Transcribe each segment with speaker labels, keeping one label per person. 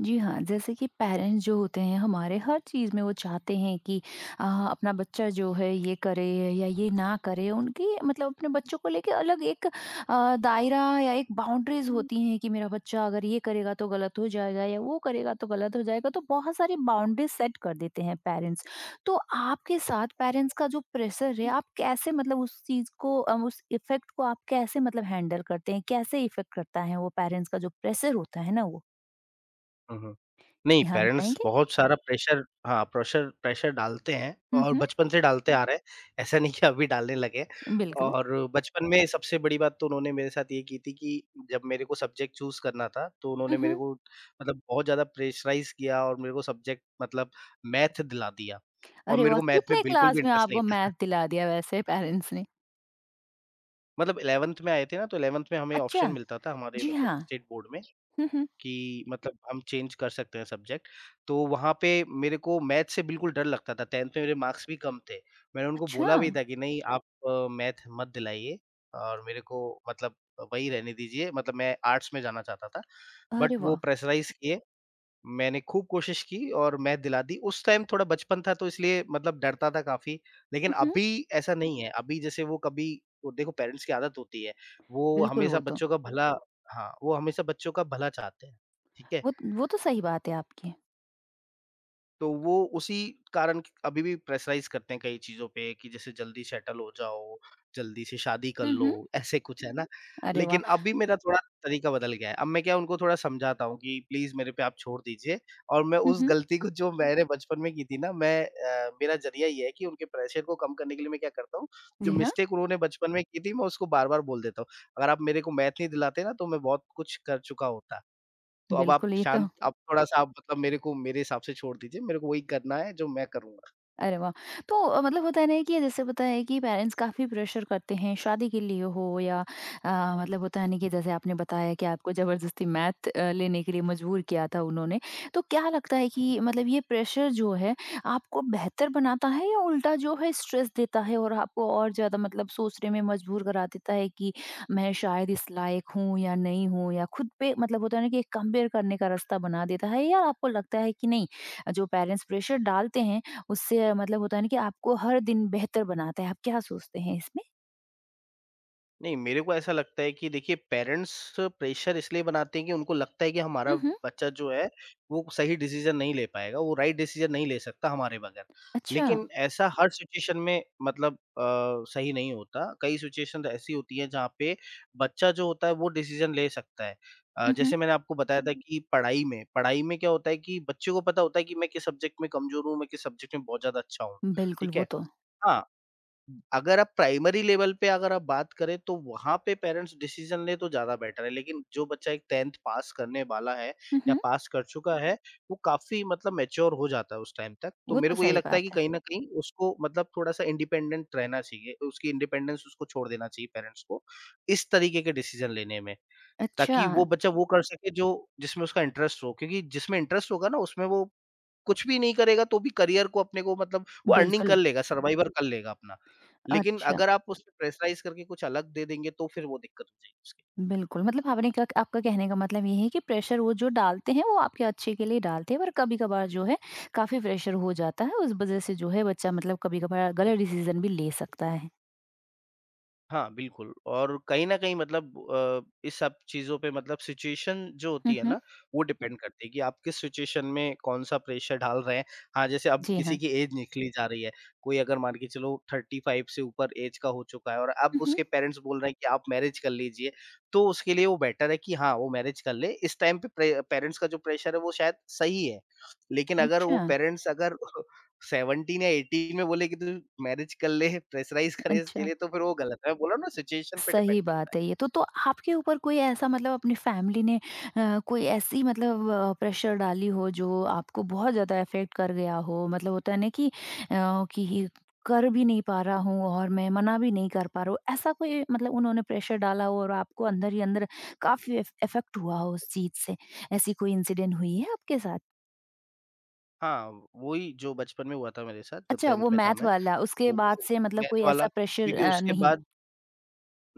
Speaker 1: जी हाँ, जैसे कि पेरेंट्स जो होते हैं हमारे हर चीज़ में वो चाहते हैं कि अ, अपना बच्चा जो है ये करे या ये ना करे। उनकी मतलब अपने बच्चों को लेके अलग एक दायरा या एक बाउंड्रीज़
Speaker 2: हुँ,
Speaker 1: होती हैं कि मेरा बच्चा अगर ये करेगा तो गलत हो जाएगा या वो करेगा तो गलत हो जाएगा। तो बहुत सारी बाउंड्रीज़ सेट कर देते हैं पेरेंट्स। तो आपके साथ पेरेंट्स का जो प्रेशर है आप कैसे मतलब उस चीज़ को उस इफ़ेक्ट को आप कैसे मतलब हैंडल करते हैं? कैसे इफ़ेक्ट करता है वो पेरेंट्स का जो प्रेशर होता है ना वो?
Speaker 2: हुँ। नहीं,
Speaker 1: जी हाँ,
Speaker 2: पेरेंट्स
Speaker 1: बताएँगे?
Speaker 2: बहुत हुँ। सारा प्रेशर हाँ, प्रेशर प्रेशर डालते हैं
Speaker 1: हुँ,
Speaker 2: और
Speaker 1: हुँ,
Speaker 2: बचपन से डालते आ रहे हैं, ऐसा नहीं कि अभी डालने लगे।
Speaker 1: बिल्कुल।
Speaker 2: और बचपन में सबसे बड़ी बात तो उन्होंने मेरे साथ ये की थी कि जब मेरे को सब्जेक्ट चूज़ करना था, तो उन्होंने
Speaker 1: हुँ,
Speaker 2: मेरे
Speaker 1: हुँ।
Speaker 2: को मतलब बहुत ज़्यादा प्रेशराइज़ किया और मेरे को सब्जेक्ट मतलब मैथ दिला दिया और
Speaker 1: अरे
Speaker 2: मेरे
Speaker 1: वाह!
Speaker 2: को मैथ में
Speaker 1: कितने
Speaker 2: बिल्कुल भी
Speaker 1: क्लास में
Speaker 2: इंटरेस्ट नहीं
Speaker 1: आपको
Speaker 2: था।
Speaker 1: मैथ दिला दिया वैसे पेरेंट्स ने?
Speaker 2: मतलब 11th में आए थे ना, तो 11th में हमें
Speaker 1: अच्छा,
Speaker 2: ऑप्शन मिलता था हमारे
Speaker 1: जी
Speaker 2: मतलब
Speaker 1: हाँ।
Speaker 2: स्टेट बोर्ड में
Speaker 1: हुँ, हुँ।
Speaker 2: कि मतलब हम चेंज कर सकते हैं सब्जेक्ट, तो वहाँ पे मेरे को मैथ से बिल्कुल डर लगता था, 10th में मेरे मार्क्स भी कम थे। मैंने उनको
Speaker 1: अच्छा,
Speaker 2: बोला भी था कि नहीं अच्छा। आप मैथ मत दिलाइए और मेरे को मतलब वही रहने दीजिए, मतलब मैं आर्ट्स में जाना चाहता था, बट
Speaker 1: अरे
Speaker 2: वो
Speaker 1: वाह!
Speaker 2: प्रेशराइज़ किए। मैंने खूब कोशिश की और मैं दिला दी। उस टाइम थोड़ा बचपन था तो इसलिए मतलब डरता था काफ़ी, लेकिन
Speaker 1: हुँ, हुँ।
Speaker 2: अभी ऐसा नहीं है। अभी जैसे वो कभी वो देखो पेरेंट्स की आदत होती है, वो
Speaker 1: बिल्कुल
Speaker 2: हमेशा
Speaker 1: वो तो
Speaker 2: बच्चों का भला हाँ, वो हमेशा बच्चों का भला चाहते हैं, ठीक है?
Speaker 1: वो वो तो सही बात है आपकी।
Speaker 2: तो वो उसी कारण क अभी भी प्रेशराइज़ करते हैं कई चीज़ों पे कि जैसे जल्दी सेटल हो जाओ, जल्दी से शादी कर
Speaker 1: हुँ,
Speaker 2: लो,
Speaker 1: हुँ।
Speaker 2: ऐसे कुछ है ना?
Speaker 1: अरे वाह!
Speaker 2: लेकिन अब भी मेरा थोड़ा तरीका बदल गया है। अब मैं क्या उनको थोड़ा समझाता हूँ कि प्लीज़ मेरे पे आप छोड़ दीजिए और मैं
Speaker 1: हुँ,
Speaker 2: उस
Speaker 1: हुँ।
Speaker 2: गलती को जो मैंने बचपन में की थी ना मेरा ज़रिया ये है कि उनके प्रेशर को कम करने के लिए मैं क्या करता हूँ, जो
Speaker 1: जी हाँ,
Speaker 2: मिस्टेक उन्होंने बचपन में की थी मैं उसको बार-बार बोल देता हूँ। अगर आप मेरे को मैथ नहीं दिलाते ना तो मैं बहुत कुछ कर चुका होता। तो अब आप
Speaker 1: बिल्कुल ये तो
Speaker 2: शांत अब थोड़ा-सा आप मतलब मेरे को मेरे हिसाब से छोड़ दीजिए, मेरे को वही करना है जो मैं करूँ।
Speaker 1: अरे वाह! तो मतलब होता है ना कि जैसे पता है कि पेरेंट्स काफ़ी प्रेशर करते हैं शादी के लिए हो या मतलब होता है ना कि जैसे आपने बताया कि आपको ज़बरदस्ती मैथ लेने के लिए मजबूर किया था उन्होंने। तो क्या लगता है कि मतलब ये प्रेशर जो है आपको बेहतर बनाता है या उल्टा जो है स्ट्रेस देता है और आपको और ज़्यादा मतलब सोचने में मजबूर करा देता है कि मैं शायद इस लायक हूँ या नहीं हूँ या खुद पे मतलब होता है ना कि एक कंपेयर करने का रास्ता बना देता है या आपको लगता है कि नहीं, जो पेरेंट्स प्रेशर डालते हैं उससे मतलब होता है ना कि आपको हर दिन बेहतर बनाता है। आप क्या सोचते हैं इसमें?
Speaker 2: नहीं, मेरे को ऐसा लगता है कि देखिए पेरेंट्स प्रेशर इसलिए बनाते हैं कि उनको लगता है कि हमारा
Speaker 1: हुँ, हुँ।
Speaker 2: बच्चा जो है, वो सही डिसीज़न नहीं ले पाएगा, वो राइट डिसीज़न नहीं ले सकता हमारे बगैर।
Speaker 1: अच्छा।
Speaker 2: लेकिन ऐसा हर सिचुएशन में मतलब सही नहीं होता। कई सिचुएशन ऐसी होती हैं जहाँ पे बच्चा जो होता है वो डिसीज़न ले सकता है।
Speaker 1: हुँ, हुँ।
Speaker 2: जैसे मैंने आपको बताया था कि पढ़ाई में क्या होता है कि बच्चे को पता होता है कि मैं किस सब्जेक्ट में कमज़ोर हूँ, मैं किस सब्जेक्ट में बहुत ज़्यादा अच्छा हूँ,
Speaker 1: बिल्कुल,
Speaker 2: ठीक
Speaker 1: वो
Speaker 2: है?
Speaker 1: तो
Speaker 2: हाँ। अगर आप प्राइमरी लेवल पे अगर आप बात करें तो वहाँ पे पेरेंट्स डिसीज़न लें तो ज़्यादा बेटर है। लेकिन जो बच्चा एक 10th पास करने वाला है
Speaker 1: हुँ,
Speaker 2: या
Speaker 1: हुँ।
Speaker 2: पास कर चुका है, हुँ। वो काफ़ी मतलब मैच्योर हो जाता है उस टाइम तक। तो
Speaker 1: वो
Speaker 2: मेरे
Speaker 1: तो
Speaker 2: को ये
Speaker 1: सही
Speaker 2: लगता है कि
Speaker 1: बात है।
Speaker 2: कहीं न कहीं उसको मतलब थोड़ा-सा इंडिपेंडेंट रहना चाहिए, उसकी इंडिपेंडेंस उसको छोड़ देना चाहिए पेरेंट्स को, इस तरीके के डिसीज़न लेने में।
Speaker 1: अच्छा,
Speaker 2: ताकि वो बच्चा वो कर सके जो जिसमें उसका इंटरेस्ट हो क्योंकि जिसमें इंटरेस्ट होगा ना उसमें वो कुछ भी नहीं करेगा तो भी करियर को अपने को मतलब वो अर्निंग कर
Speaker 1: बिल्कुल।
Speaker 2: लेगा, सर्वाइवर कर लेगा अपना। लेकिन
Speaker 1: अच्छा,
Speaker 2: अगर आप उसमें प्रेशराइज़ करके कुछ अलग दे देंगे तो फिर वो दिक्कत हो जाएगी उसकी।
Speaker 1: बिल्कुल। मतलब आपने का आपका कहने का मतलब ये है कि प्रेशर वो जो डालते हैं, वो आपके अच्छे के लिए डालते हैं पर कभी-कभार जो है काफ़ी प्रेशर हो जाता है। उस वज़ह से जो है बच्चा मतलब कभी-कभार गलत डिसीज़न भी ले सकता है।
Speaker 2: हाँ, बिल्कुल और कहीं न कहीं मतलब इस सब चीज़ों पे मतलब सिचुएशन जो
Speaker 1: हुँ,
Speaker 2: होती है ना,
Speaker 1: हुँ।
Speaker 2: वो हुँ। डिपेंड करती है कि आप किस सिचुएशन में कौन-सा प्रेशर डाल रहे हैं। हाँ, जैसे अब
Speaker 1: जी
Speaker 2: किसी
Speaker 1: हाँ।
Speaker 2: की एज निकली जा रही है, कोई अगर मान के चलो 35 से ऊपर एज का हो चुका है और अब
Speaker 1: हुँ, हुँ।
Speaker 2: उसके पेरेंट्स बोल रहे हैं कि आप मैरिज कर लीजिए, तो उसके लिए वो बेटर है कि हाँ, वो मैरिज कर ले। इस टाइम पे प्रे पेरेंट्स का जो प्रेशर है वो शायद सही है। लेकिन अगर वो
Speaker 1: अच्छा,
Speaker 2: पेरेंट्स अगर 17 या 18 में बोले कि तू मैरिज कर ले, प्रेशराइज़ करे इसके
Speaker 1: अच्छा।
Speaker 2: लिए, तो फिर वो गलत है। मैं बोला ना सिचुएशन पे डिपेंड
Speaker 1: सही
Speaker 2: करता है।
Speaker 1: बात है ये तो। तो आपके ऊपर कोई ऐसा मतलब अपनी फैमिली ने कोई ऐसी मतलब प्रेशर डाली हो जो आपको बहुत ज़्यादा इफ़ेक्ट कर गया हो? मतलब होता है ना कि कर भी नहीं पा रहा हूँ और मैं मना भी नहीं कर पा रहा हूँ। ऐसा कोई मतलब उन्होंने प्रेशर डाला हो और आपको अंदर ही अंदर काफ़ी इफ इफ़ेक्ट हुआ हो उस चीज़ से? ऐसी कोई इंसिडेंट हुई है आपके साथ?
Speaker 2: हाँ, वही जो बचपन में हुआ था मेरे साथ जब
Speaker 1: अच्छा
Speaker 2: 10th
Speaker 1: वो
Speaker 2: में था
Speaker 1: मैथ
Speaker 2: मैं,
Speaker 1: वाला उसके
Speaker 2: तो
Speaker 1: बाद
Speaker 2: वो
Speaker 1: से मतलब कोई
Speaker 2: मैथ
Speaker 1: ऐसा
Speaker 2: वाला
Speaker 1: प्रेशर
Speaker 2: क्योंकि उसके
Speaker 1: नहीं?
Speaker 2: बाद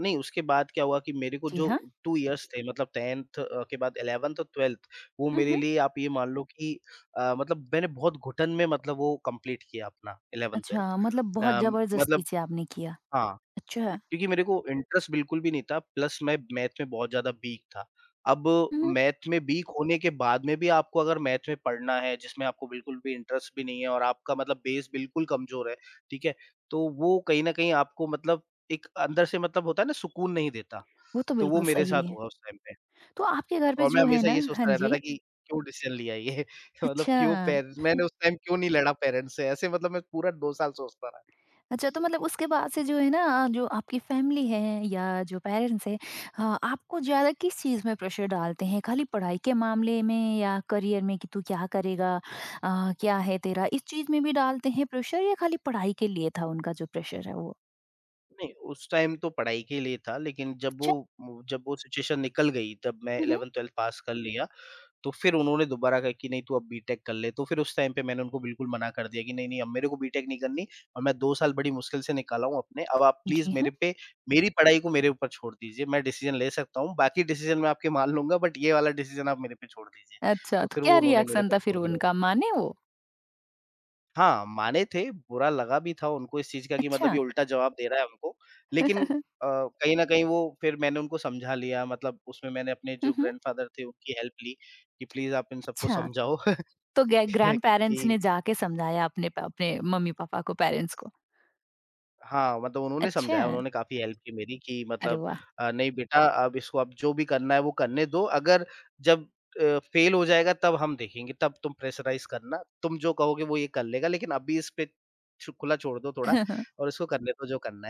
Speaker 2: नहीं, उसके बाद क्या हुआ कि मेरे को
Speaker 1: जी
Speaker 2: जो
Speaker 1: हाँ।
Speaker 2: 2 इयर्स थे मतलब 10th के बाद 11th और 12th वो
Speaker 1: हुँ,
Speaker 2: मेरे
Speaker 1: हुँ।
Speaker 2: लिए आप ये मान लो कि मतलब मैंने बहुत घुटन में मतलब वो कंप्लीट किया अपना
Speaker 1: अच्छा मतलब बहुत
Speaker 2: 11th-12th
Speaker 1: ज़बरदस्ती
Speaker 2: मतलब
Speaker 1: से आपने किया।
Speaker 2: हाँ।
Speaker 1: अच्छा।
Speaker 2: क्योंकि मेरे को इंटरेस्ट बिल्कुल भी नहीं था, प्लस मैं मैथ में बहुत ज़्यादा वीक था। अब
Speaker 1: हुँ,
Speaker 2: मैथ में वीक होने के बाद में भी आपको अगर मैथ में पढ़ना है, जिसमें आपको बिल्कुल भी इंटरेस्ट भी नहीं है और आपका मतलब बेस बिल्कुल कमज़ोर है, ठीक है? तो वो कहीं न कहीं आपको मतलब एक अंदर से मतलब होता है ना सुकून नहीं देता,
Speaker 1: वो तो
Speaker 2: तो वो
Speaker 1: बिल्कुल
Speaker 2: मेरे
Speaker 1: सही
Speaker 2: साथ
Speaker 1: है।
Speaker 2: हुआ उस टाइम पे
Speaker 1: तो आपके घर पे
Speaker 2: और मैं
Speaker 1: जो है
Speaker 2: हमेशा
Speaker 1: ना
Speaker 2: ये
Speaker 1: हाँ
Speaker 2: सोचता रहता
Speaker 1: जी,
Speaker 2: था कि क्यों डिसीज़न लिया ये? मतलब
Speaker 1: अच्छा।
Speaker 2: क्यों पेरेंट्स मैंने उस टाइम क्यों नहीं लड़ा पेरेंट्स से? ऐसे मतलब मैं पूरा 2 साल सोचता रहा।
Speaker 1: अच्छा तो मतलब उसके बाद से जो है ना जो आपकी फ़ैमिली है या जो पेरेंट्स हैं आपको ज़्यादा किस चीज़ में प्रेशर डालते हैं? खाली पढ़ाई के मामले में या करियर में कि तू क्या करेगा? क्या है तेरा? इस चीज़ में भी डालते हैं प्रेशर या खाली पढ़ाई के लिए था उनका जो प्रेशर है वो?
Speaker 2: नहीं, उस टाइम तो पढ़ाई के लिए था, लेकिन
Speaker 1: अच्छा।
Speaker 2: जब वो सिचुएशन निकल गई, तब मैं
Speaker 1: हुँ, हुँ।
Speaker 2: 11th-12th पास कर लिया, तो फिर उन्होंने दोबारा कहा कि नहीं तू अब बीटेक कर ले, तो फिर उस टाइम पे मैंने उनको बिल्कुल मना कर दिया कि नहीं, नहीं अब मेरे को बीटेक नहीं करनी और मैं 2 साल बड़ी मुश्किल से निकाला हूँ अपने, अब आप प्लीज़
Speaker 1: जी हाँ।
Speaker 2: मेरे पे मेरी पढ़ाई को मेरे ऊपर छोड़ दीजिए, मैं डिसीज़न ले सकता हूँ, बाकी डिसीज़न मैं आपके मान लूँगा बट ये वाला डिसीज़न आप मेरे पे छोड़ दीजिए।
Speaker 1: अच्छा,
Speaker 2: तो
Speaker 1: तो
Speaker 2: फिर वो
Speaker 1: क्या
Speaker 2: उन्होंने मेरे
Speaker 1: रिएक्शन
Speaker 2: पे
Speaker 1: था फिर
Speaker 2: छोड़ दिया।
Speaker 1: उनका, माने वो?
Speaker 2: हाँ, माने थे, बुरा लगा भी था उनको इस चीज़ का कि मतलब ये
Speaker 1: अच्छा।
Speaker 2: उल्टा जवाब दे रहा है हमको। लेकिन कहीं न कहीं वो फिर मैंने उनको समझा लिया मतलब उसमें मैंने अपने जो
Speaker 1: हुँ, हुँ।
Speaker 2: ग्रैंडफ़ादर थे उनकी हेल्प ली कि प्लीज़ आप इन सबको
Speaker 1: अच्छा।
Speaker 2: समझाओ
Speaker 1: तो ग्रै ग्रैंडपेरेंट्स
Speaker 2: कि
Speaker 1: ने जाके समझाया अपने मम्मी-पापा को, पेरेंट्स को।
Speaker 2: हाँ, मतलब उन्होंने
Speaker 1: अच्छा!
Speaker 2: समझाया, उन्होंने काफ़ी हेल्प की मेरी कि
Speaker 1: अरे
Speaker 2: मतलब
Speaker 1: वाह!
Speaker 2: नहीं बेटा अब इसको अब जो भी करना है वो करने दो। अगर जब फ़ेल हो जाएगा तब हम देखेंगे, तब तुम प्रेशराइज़ करना। तुम जो कहोगे वो ये कर लेगा लेकिन अभी इस पे छू खुला छोड़ दो थोड़ा और इसको करने दो जो करना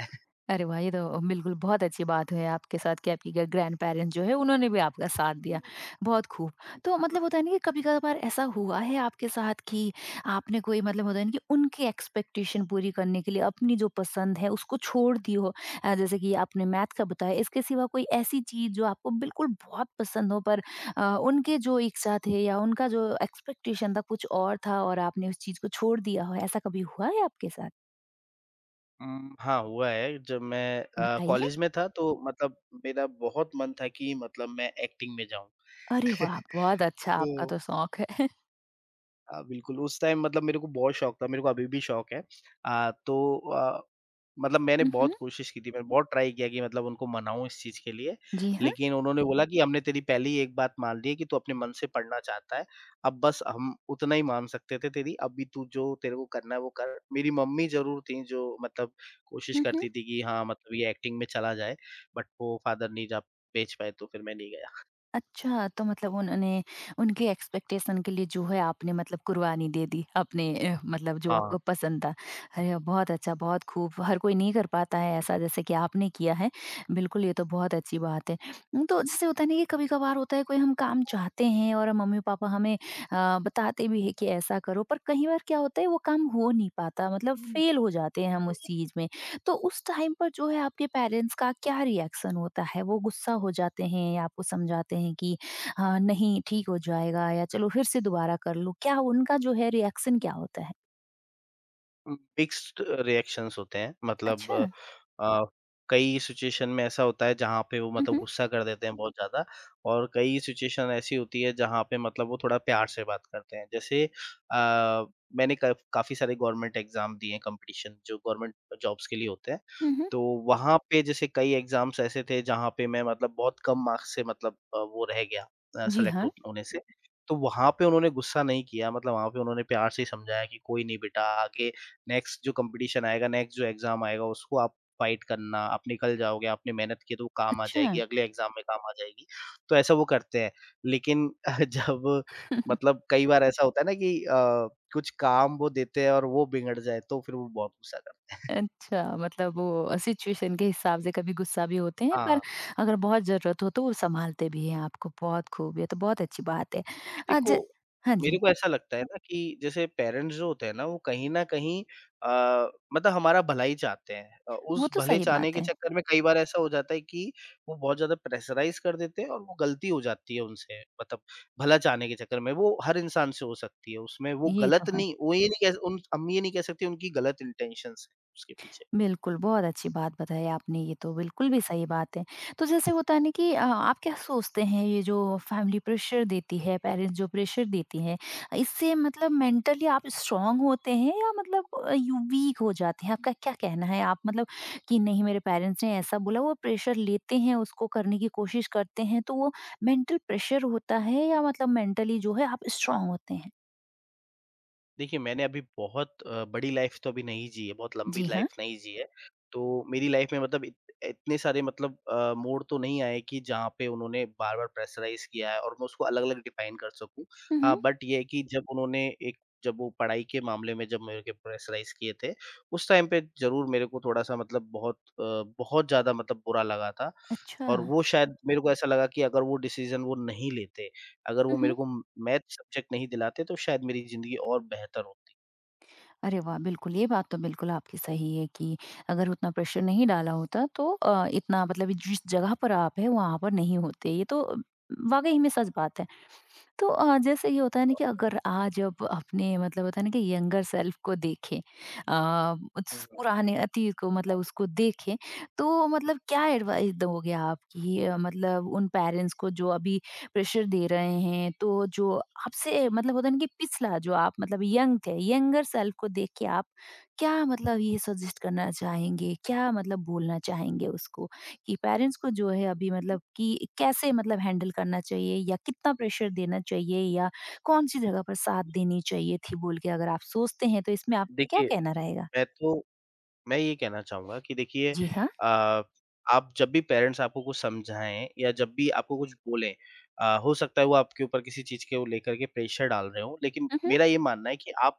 Speaker 1: अरे वाह! ये तो बिल्कुल बहुत अच्छी बात है आपके साथ कि आपकी ग्रैंडपेरेंट्स जो है उन्होंने भी आपका साथ दिया।
Speaker 2: है।
Speaker 1: बहुत खूब। तो मतलब होता है ना कि कभी-कभार ऐसा हुआ है आपके साथ कि आपने कोई मतलब होता है ना कि उनकी एक्सपेक्टेशन पूरी करने के लिए अपनी जो पसंद है उसको छोड़ दी हो? जैसे कि आपने मैथ का बताया इसके सिवा कोई ऐसी चीज़ जो आपको बिल्कुल बहुत पसंद हो पर उनके जो इच्छा थे या उनका जो एक्सपेक्टेशन था कुछ और था और आपने उस चीज़ को छोड़ दिया हो, ऐसा कभी हुआ है आपके साथ?
Speaker 2: हाँ, हुआ है जब मैं
Speaker 1: बताइए।
Speaker 2: कॉलेज में था तो मतलब मेरा बहुत मन था कि मतलब मैं एक्टिंग में जाऊँ।
Speaker 1: अरे वाह! बहुत अच्छा आपका
Speaker 2: तो
Speaker 1: तो शौक है।
Speaker 2: बिल्कुल, उस टाइम मतलब मेरे को बहुत शौक था, मेरे को अभी भी शौक है। तो अ, मतलब मैंने
Speaker 1: हुँ, हुँ।
Speaker 2: बहुत कोशिश की थी, मैंने बहुत ट्राई किया कि मतलब उनको मनाऊँ इस चीज़ के लिए,
Speaker 1: जी हाँ।
Speaker 2: लेकिन उन्होंने बोला कि हमने तेरी पहली ही एक बात मान ली है कि तू अपने मन से पढ़ना चाहता है, अब बस हम उतना ही मान सकते थे तेरी, अभी तू जो तेरे को करना है वो कर। मेरी मम्मी ज़रूर थी जो मतलब कोशिश
Speaker 1: हुँ, हुँ।
Speaker 2: करती थी कि हाँ, मतलब ये एक्टिंग में चला जाए, बट वो फादर नहीं जा भेज पाए तो फिर मैं नहीं गया।
Speaker 1: अच्छा, तो मतलब उन्होंने उनके एक्सपेक्टेशन के लिए जो है आपने मतलब कुर्बानी दे दी अपने मतलब जो
Speaker 2: हाँ।
Speaker 1: आपको पसंद था। अरे बहुत अच्छा, बहुत खूब। हर कोई नहीं कर पाता है ऐसा जैसे कि आपने किया है। बिल्कुल ये तो बहुत अच्छी बात है। तो जैसे होता है ना कि कभी-कभार होता है कोई हम काम चाहते हैं और मम्मी-पापा हमें बताते भी हैं कि ऐसा करो पर कई बार क्या होता है वो काम हो नहीं पाता मतलब फ़ेल हो जाते हैं हम उस चीज़ में। तो उस टाइम पर जो है आपके पेरेंट्स का क्या रिएक्शन होता है? वो गुस्सा हो जाते हैं या आपको समझाते हैं कि हाँ, नहीं ठीक हो जाएगा या चलो फिर से दोबारा कर लो? क्या उनका जो है रिएक्शन क्या होता है?
Speaker 2: मिक्स्ड रिएक्शंस होते हैं मतलब
Speaker 1: अच्छा।
Speaker 2: अ, कई सिचुएशन में ऐसा होता है जहाँ पे वो
Speaker 1: हुँ,
Speaker 2: मतलब
Speaker 1: हुँ।
Speaker 2: गुस्सा कर देते हैं बहुत ज़्यादा और कई सिचुएशन ऐसी होती है जहाँ पे मतलब वो थोड़ा प्यार से बात करते हैं। जैसे मैंने क काफ़ी सारे गवर्नमेंट एग्ज़ाम दिए हैं कॉम्पिटिशन जो गवर्नमेंट जॉब्स के लिए होते हैं।
Speaker 1: हुँ, हुँ।
Speaker 2: तो वहाँ पे जैसे कई एग्ज़ाम्स ऐसे थे जहाँ पे मैं मतलब बहुत कम मार्क्स से मतलब वो रह गया
Speaker 1: जी,
Speaker 2: सेलेक्ट
Speaker 1: हाँ।
Speaker 2: हो होने से। तो वहाँ पे उन्होंने गुस्सा नहीं किया मतलब वहाँ पे उन्होंने प्यार से ही समझाया कि कोई नहीं बेटा आगे नेक्स्ट जो कॉम्पिटिशन आएगा, नेक्स्ट जो एग्ज़ाम आएगा उसको आप फ़ाइट करना, आप निकल जाओगे, आपने मेहनत की तो वो काम आ
Speaker 1: अच्छा।
Speaker 2: जाएगी, अगले एग्ज़ाम में काम आ जाएगी। तो ऐसा वो करते हैं। लेकिन जब मतलब कई बार ऐसा होता है ना कि कुछ काम वो देते हैं और वो बिगड़ जाए तो फिर वो बहुत गुस्सा करते हैं।
Speaker 1: अच्छा, मतलब वो सिचुएशन के हिसाब से कभी गुस्सा भी होते हैं, पर
Speaker 2: हाँ।
Speaker 1: अगर बहुत ज़रूरत हो तो वो सँभालते भी हैं आपको। बहुत खूब, ये तो बहुत अच्छी बात है।
Speaker 2: मेरे को
Speaker 1: ज हाँ
Speaker 2: मेरे
Speaker 1: जी,
Speaker 2: को ऐसा लगता है ना कि जैसे पेरेंट्स जो होते हैं ना, वो कहीं न कहीं अ, मतलब हमारा भला ही चाहते हैं। उस
Speaker 1: वो तो
Speaker 2: भले
Speaker 1: सही
Speaker 2: चाहने
Speaker 1: बात
Speaker 2: के
Speaker 1: है।
Speaker 2: चक्कर में कई बार ऐसा हो जाता है कि वो बहुत ज़्यादा प्रेशराइज़ कर देते हैं और वो गलती हो जाती है उनसे, मतलब भला चाहने के चक्कर में। वो हर इंसान से हो सकती है, उसमें वो
Speaker 1: ये तो
Speaker 2: गलत
Speaker 1: है।
Speaker 2: नहीं वो ये नहीं कह उन हम ये नहीं कह सकते उनकी गलत इंटेंशंस हैं उसके पीछे।
Speaker 1: बिल्कुल, बहुत अच्छी बात बताई आपने, ये तो बिल्कुल भी सही बात है। तो जैसे होता है ना कि आप क्या सोचते हैं ये जो फैमिली प्रेशर देती है, पेरेंट्स जो प्रेशर देती हैं, इससे मतलब मेंटली आप स्ट्रॉन्ग होते हैं या मतलब यू वीक हो जाते हैं? आपका क्या कहना है? आप मतलब कि नहीं मेरे पेरेंट्स ने ऐसा बोला, वो प्रेशर लेते हैं, उसको करने की कोशिश करते हैं, तो वो मेंटल प्रेशर होता है या मतलब मेंटली जो है आप स्ट्रॉन्ग होते हैं?
Speaker 2: देखिए, मैंने अभी बहुत बड़ी लाइफ़ तो अभी नहीं जी है, बहुत लंबी
Speaker 1: जी हाँ।
Speaker 2: लाइफ़ नहीं जी है। तो मेरी लाइफ़ में मतलब इत इतने सारे मतलब मोड़ तो नहीं आए कि जहाँ पे उन्होंने बार-बार प्रेशराइज़ किया है और मैं उसको अलग-अलग डिफ़ाइन कर सकूँ।
Speaker 1: हुँ,
Speaker 2: हाँ,
Speaker 1: हुँ।
Speaker 2: बट ये है कि जब उन्होंने एक जब वो पढ़ाई के मामले में जब मेरे को प्रेशराइज़ किए थे, उस टाइम पे ज़रूर मेरे को थोड़ा-सा मतलब बहुत, बहुत ज़्यादा मतलब बुरा लगा था।
Speaker 1: अच्छा।
Speaker 2: और वो, शायद मेरे को ऐसा लगा कि अगर वो डिसीज़न वो नहीं लेते, अगर वो
Speaker 1: हुँ,
Speaker 2: मेरे
Speaker 1: हुँ।
Speaker 2: को मैथ सब्जेक्ट नहीं दिलाते, तो शायद मेरी ज़िंदगी और बेहतर होती।
Speaker 1: अरे वाह! बिल्कुल, ये बात तो बिल्कुल आपकी सही है कि अगर उतना प्रेशर नहीं डाला होता तो इतना मतलब जिस जगह पर आप हैं वहाँ पर नहीं होते। ये तो वाक़ई में सच बात है। तो जैसे ये होता है ना कि अगर आज अब अपने मतलब होता है ना कि यंगर सेल्फ को देखें उस पुराने अतीत को मतलब उसको देखें तो मतलब क्या एडवाइस दोगे आप कि मतलब उन पेरेंट्स को जो अभी प्रेशर दे रहे हैं तो जो आपसे मतलब होता है ना कि पिछला जो आप मतलब यंग थे यंगर सेल्फ को देख के आप क्या मतलब ये सजेस्ट करना चाहेंगे क्या मतलब बोलना चाहेंगे उसको कि पेरेंट्स को जो है अभी मतलब कि कैसे मतलब हैंडल करना चाहिए या कितना प्रेशर देना चाहिए या कौन-सी जगह पर साथ देनी चाहिए थी बोल के अगर आप सोचते हैं तो इसमें आपका क्या
Speaker 2: देखिए,
Speaker 1: कहना रहेगा?
Speaker 2: मैं तो मैं ये कहना चाहूँगा कि देखिए,
Speaker 1: जी हाँ।
Speaker 2: अ, आप जब भी पेरेंट्स आपको कुछ समझाएँ या जब भी आपको कुछ बोलें, हो सकता है वो आपके ऊपर किसी चीज़ के वो लेकर के प्रेशर डाल रहे हों, लेकिन
Speaker 1: हुँ, हुँ।
Speaker 2: मेरा ये मानना है कि आप,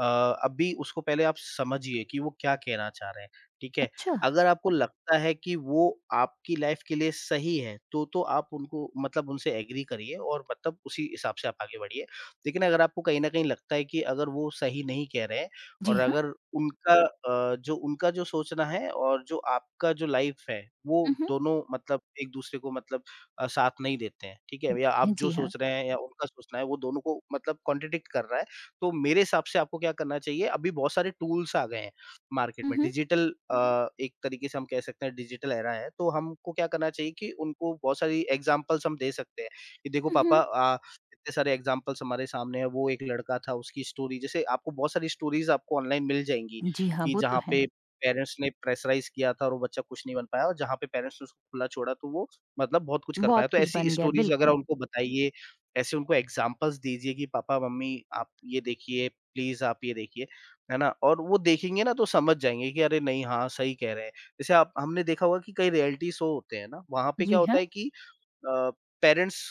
Speaker 2: अ, अभी उसको पहले आप समझिए कि वो क्या कहना चाह रहे हैं, ठीक है?
Speaker 1: अच्छा।
Speaker 2: अगर आपको लगता है कि वो आपकी लाइफ़ के लिए सही है, तो आप उनको मतलब उनसे एग्री करिए और मतलब उसी हिसाब से आप आगे बढ़िए। लेकिन अगर आपको कहीं न कहीं लगता है कि अगर वो सही नहीं कह रहे हैं,
Speaker 1: जी
Speaker 2: और
Speaker 1: हाँ।
Speaker 2: अगर जो उनका जो सोचना है और जो आपका जो लाइफ है, वो
Speaker 1: हुँ, हुँ।
Speaker 2: दोनों मतलब एक दूसरे को मतलब, साथ नहीं देते हैं, ठीक है? या आप जो
Speaker 1: जी हाँ।
Speaker 2: सोच रहे हैं या उनका सोचना है, वो दोनों को मतलब कॉन्ट्रडिक्ट कर रहा है। तो मेरे हिसाब से आपको क्या करना चाहिए, अभी बहुत सारे टूल्स आ गए हैं मार्केट
Speaker 1: हुँ,
Speaker 2: में।
Speaker 1: हुँ।
Speaker 2: डिजिटल, एक तरीके से हम कह सकते हैं डिजिटल एरा है, तो हमको क्या करना चाहिए कि उनको बहुत सारी एग्ज़ाम्पल्स हम दे सकते हैं कि देखो
Speaker 1: हुँ,
Speaker 2: पापा,
Speaker 1: हुँ।
Speaker 2: इतने सारे एग्ज़ाम्पल्स हमारे सामने हैं। वो एक लड़का था, उसकी स्टोरी, जैसे आपको बहुत सारी स्टोरीज़ आपको ऑनलाइन मिल जाएँगी
Speaker 1: जी हाँ,
Speaker 2: कि
Speaker 1: वो तो
Speaker 2: जहाँ
Speaker 1: है।
Speaker 2: पे पेरेंट्स ने प्रेशराइज़ किया था और वो बच्चा कुछ नहीं बन पाया, और जहाँ पे पेरेंट्स ने उसको खुला छोड़ा तो वो मतलब बहुत कुछ कर पाया।
Speaker 1: बहुत
Speaker 2: तो
Speaker 1: कुछ
Speaker 2: ऐसी
Speaker 1: बन गया,
Speaker 2: स्टोरीज़ अगर
Speaker 1: बिल्कुल।
Speaker 2: उनको बताइए, ऐसे उनको एग्ज़ाम्पल्स दीजिए कि पापा-मम्मी, आप ये देखिए, प्लीज़ आप ये देखिए, है ना? और वो देखेंगे ना तो समझ जाएँगे कि अरे नहीं, हाँ, सही कह रहे हैं। जैसे आप हमने देखा होगा कि कई रियलिटी शो होते हैं ना, वहाँ पे क्या
Speaker 1: जी
Speaker 2: होता
Speaker 1: हाँ।
Speaker 2: है कि, अ, पेरेंट्स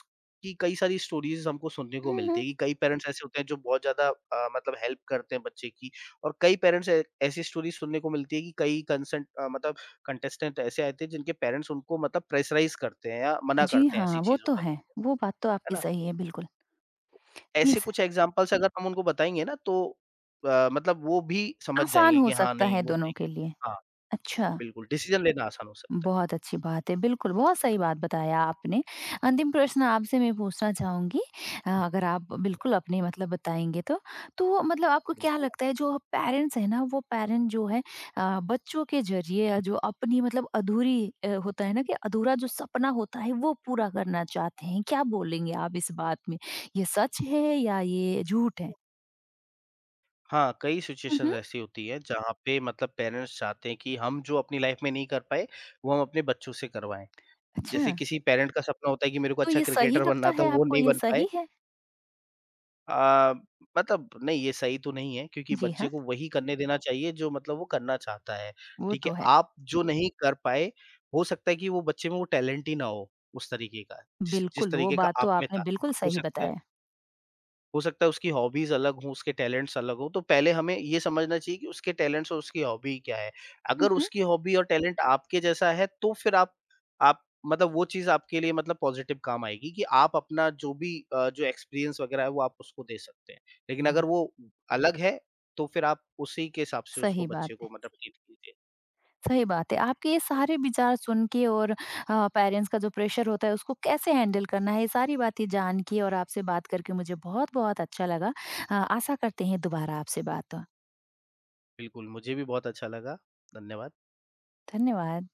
Speaker 2: की कई सारी स्टोरीज़ हमको सुनने को
Speaker 1: हुँ,
Speaker 2: मिलती
Speaker 1: हुँ।
Speaker 2: है कि कई पेरेंट्स ऐसे होते हैं जो बहुत ज़्यादा, मतलब हेल्प करते हैं बच्चे की। और कई पेरेंट्स ऐ ऐसी स्टोरी सुनने को मिलती है कि कई कंसेंट अ, मतलब कंटेस्टेंट ऐसे आते हैं जिनके पेरेंट्स उनको मतलब प्रेशराइज़ करते हैं या मना
Speaker 1: जी
Speaker 2: करते हैं ऐसी
Speaker 1: हाँ, वो
Speaker 2: चीज़ों
Speaker 1: तो
Speaker 2: करने
Speaker 1: है।
Speaker 2: से,
Speaker 1: वो बात तो आपकी
Speaker 2: है ना?
Speaker 1: सही है, बिल्कुल। जी,
Speaker 2: ऐसे
Speaker 1: स
Speaker 2: कुछ एग्ज़ाम्पल्स अगर हम उनको बताएँगे ना तो, मतलब वो भी समझ
Speaker 1: आसान
Speaker 2: जाएँगे
Speaker 1: हो
Speaker 2: कि हाँ,
Speaker 1: सकता
Speaker 2: नहीं
Speaker 1: है
Speaker 2: वो सही
Speaker 1: दोनों
Speaker 2: कह
Speaker 1: के
Speaker 2: रहे
Speaker 1: लिए।
Speaker 2: हैं। हाँ,
Speaker 1: अच्छा।
Speaker 2: बिल्कुल, डिसीज़न लेना आसान हो सकता
Speaker 1: बहुत अच्छी बात है। बिल्कुल, बहुत सही बात बताया आपने। अंतिम प्रश्न आपसे मैं पूछना चाहूँगी अगर आप
Speaker 2: है।
Speaker 1: बिल्कुल अपने मतलब बताएँगे तो। तो मतलब आपको क्या
Speaker 2: बिल्कुल।
Speaker 1: लगता है जो पेरेंट्स हैं ना, वो पेरेंट जो है बच्चों के ज़रिए जो अपनी मतलब अधूरी होता है ना कि अधूरा जो सपना होता है वो पूरा करना चाहते हैं। क्या बोलेंगे आप इस बात में? ये सच है या ये झूठ है?
Speaker 2: हाँ, कई
Speaker 1: हुँ,
Speaker 2: सिचुएशंस
Speaker 1: हुँ।
Speaker 2: ऐसी होती हैं जहाँ पे मतलब पेरेंट्स चाहते हैं कि हम जो अपनी लाइफ में नहीं कर पाए, वो हम अपने बच्चों से करवाएँ।
Speaker 1: अच्छा,
Speaker 2: जैसे किसी पेरेंट का सपना होता है कि मेरे को
Speaker 1: तो
Speaker 2: अच्छा
Speaker 1: ये सही
Speaker 2: क्रिकेटर
Speaker 1: लगता
Speaker 2: बनना था,
Speaker 1: है
Speaker 2: वो
Speaker 1: आपको?
Speaker 2: नहीं
Speaker 1: ये
Speaker 2: बन पाए।
Speaker 1: सही है?
Speaker 2: अ, मतलब नहीं, ये सही तो नहीं है, क्योंकि
Speaker 1: जी
Speaker 2: बच्चे
Speaker 1: हाँ,
Speaker 2: को वही करने देना चाहिए जो मतलब वो करना चाहता है,
Speaker 1: वो
Speaker 2: ठीक है?
Speaker 1: तो है।
Speaker 2: आप जो नहीं कर पाए, हो सकता है कि वो बच्चे में वो टैलेंट ही ना हो, उस तरीके का, जिस जिस
Speaker 1: बिल्कुल, वो
Speaker 2: तरीके का
Speaker 1: बात तो
Speaker 2: आप में
Speaker 1: आपने
Speaker 2: था।
Speaker 1: बिल्कुल
Speaker 2: हो
Speaker 1: सही
Speaker 2: सकता है
Speaker 1: बताया।
Speaker 2: हो सकता है उसकी हॉबीज़ अलग हों, उसके टैलेंट्स अलग हों, तो पहले हमें ये समझना चाहिए कि उसके टैलेंट्स और उसकी हॉबी क्या है।
Speaker 1: हुँ,
Speaker 2: अगर
Speaker 1: हुँ।
Speaker 2: उसकी हॉबी और टैलेंट आपके जैसा है, तो फिर आप मतलब वो चीज़ आपके लिए मतलब पॉज़िटिव काम आएगी कि आप अपना जो भी, जो एक्सपीरियंस वग़ैरह है, वो आप उसको दे सकते हैं। लेकिन
Speaker 1: हुँ,
Speaker 2: अगर वो अलग है, तो फिर आप उसी के हिसाब से उसको
Speaker 1: सही
Speaker 2: बच्चे
Speaker 1: बात है,
Speaker 2: को मतलब ट्रीट कीजिए।
Speaker 1: सही बात है। आपके ये सारे विचार सुन के और पेरेंट्स का जो प्रेशर होता है उसको कैसे हैंडल करना है, ये सारी बातें जान के और आपसे बात करके मुझे बहुत-बहुत अच्छा लगा। आशा करते हैं दोबारा आपसे बात हो।
Speaker 2: बिल्कुल, मुझे भी बहुत अच्छा लगा। धन्यवाद।
Speaker 1: धन्यवाद।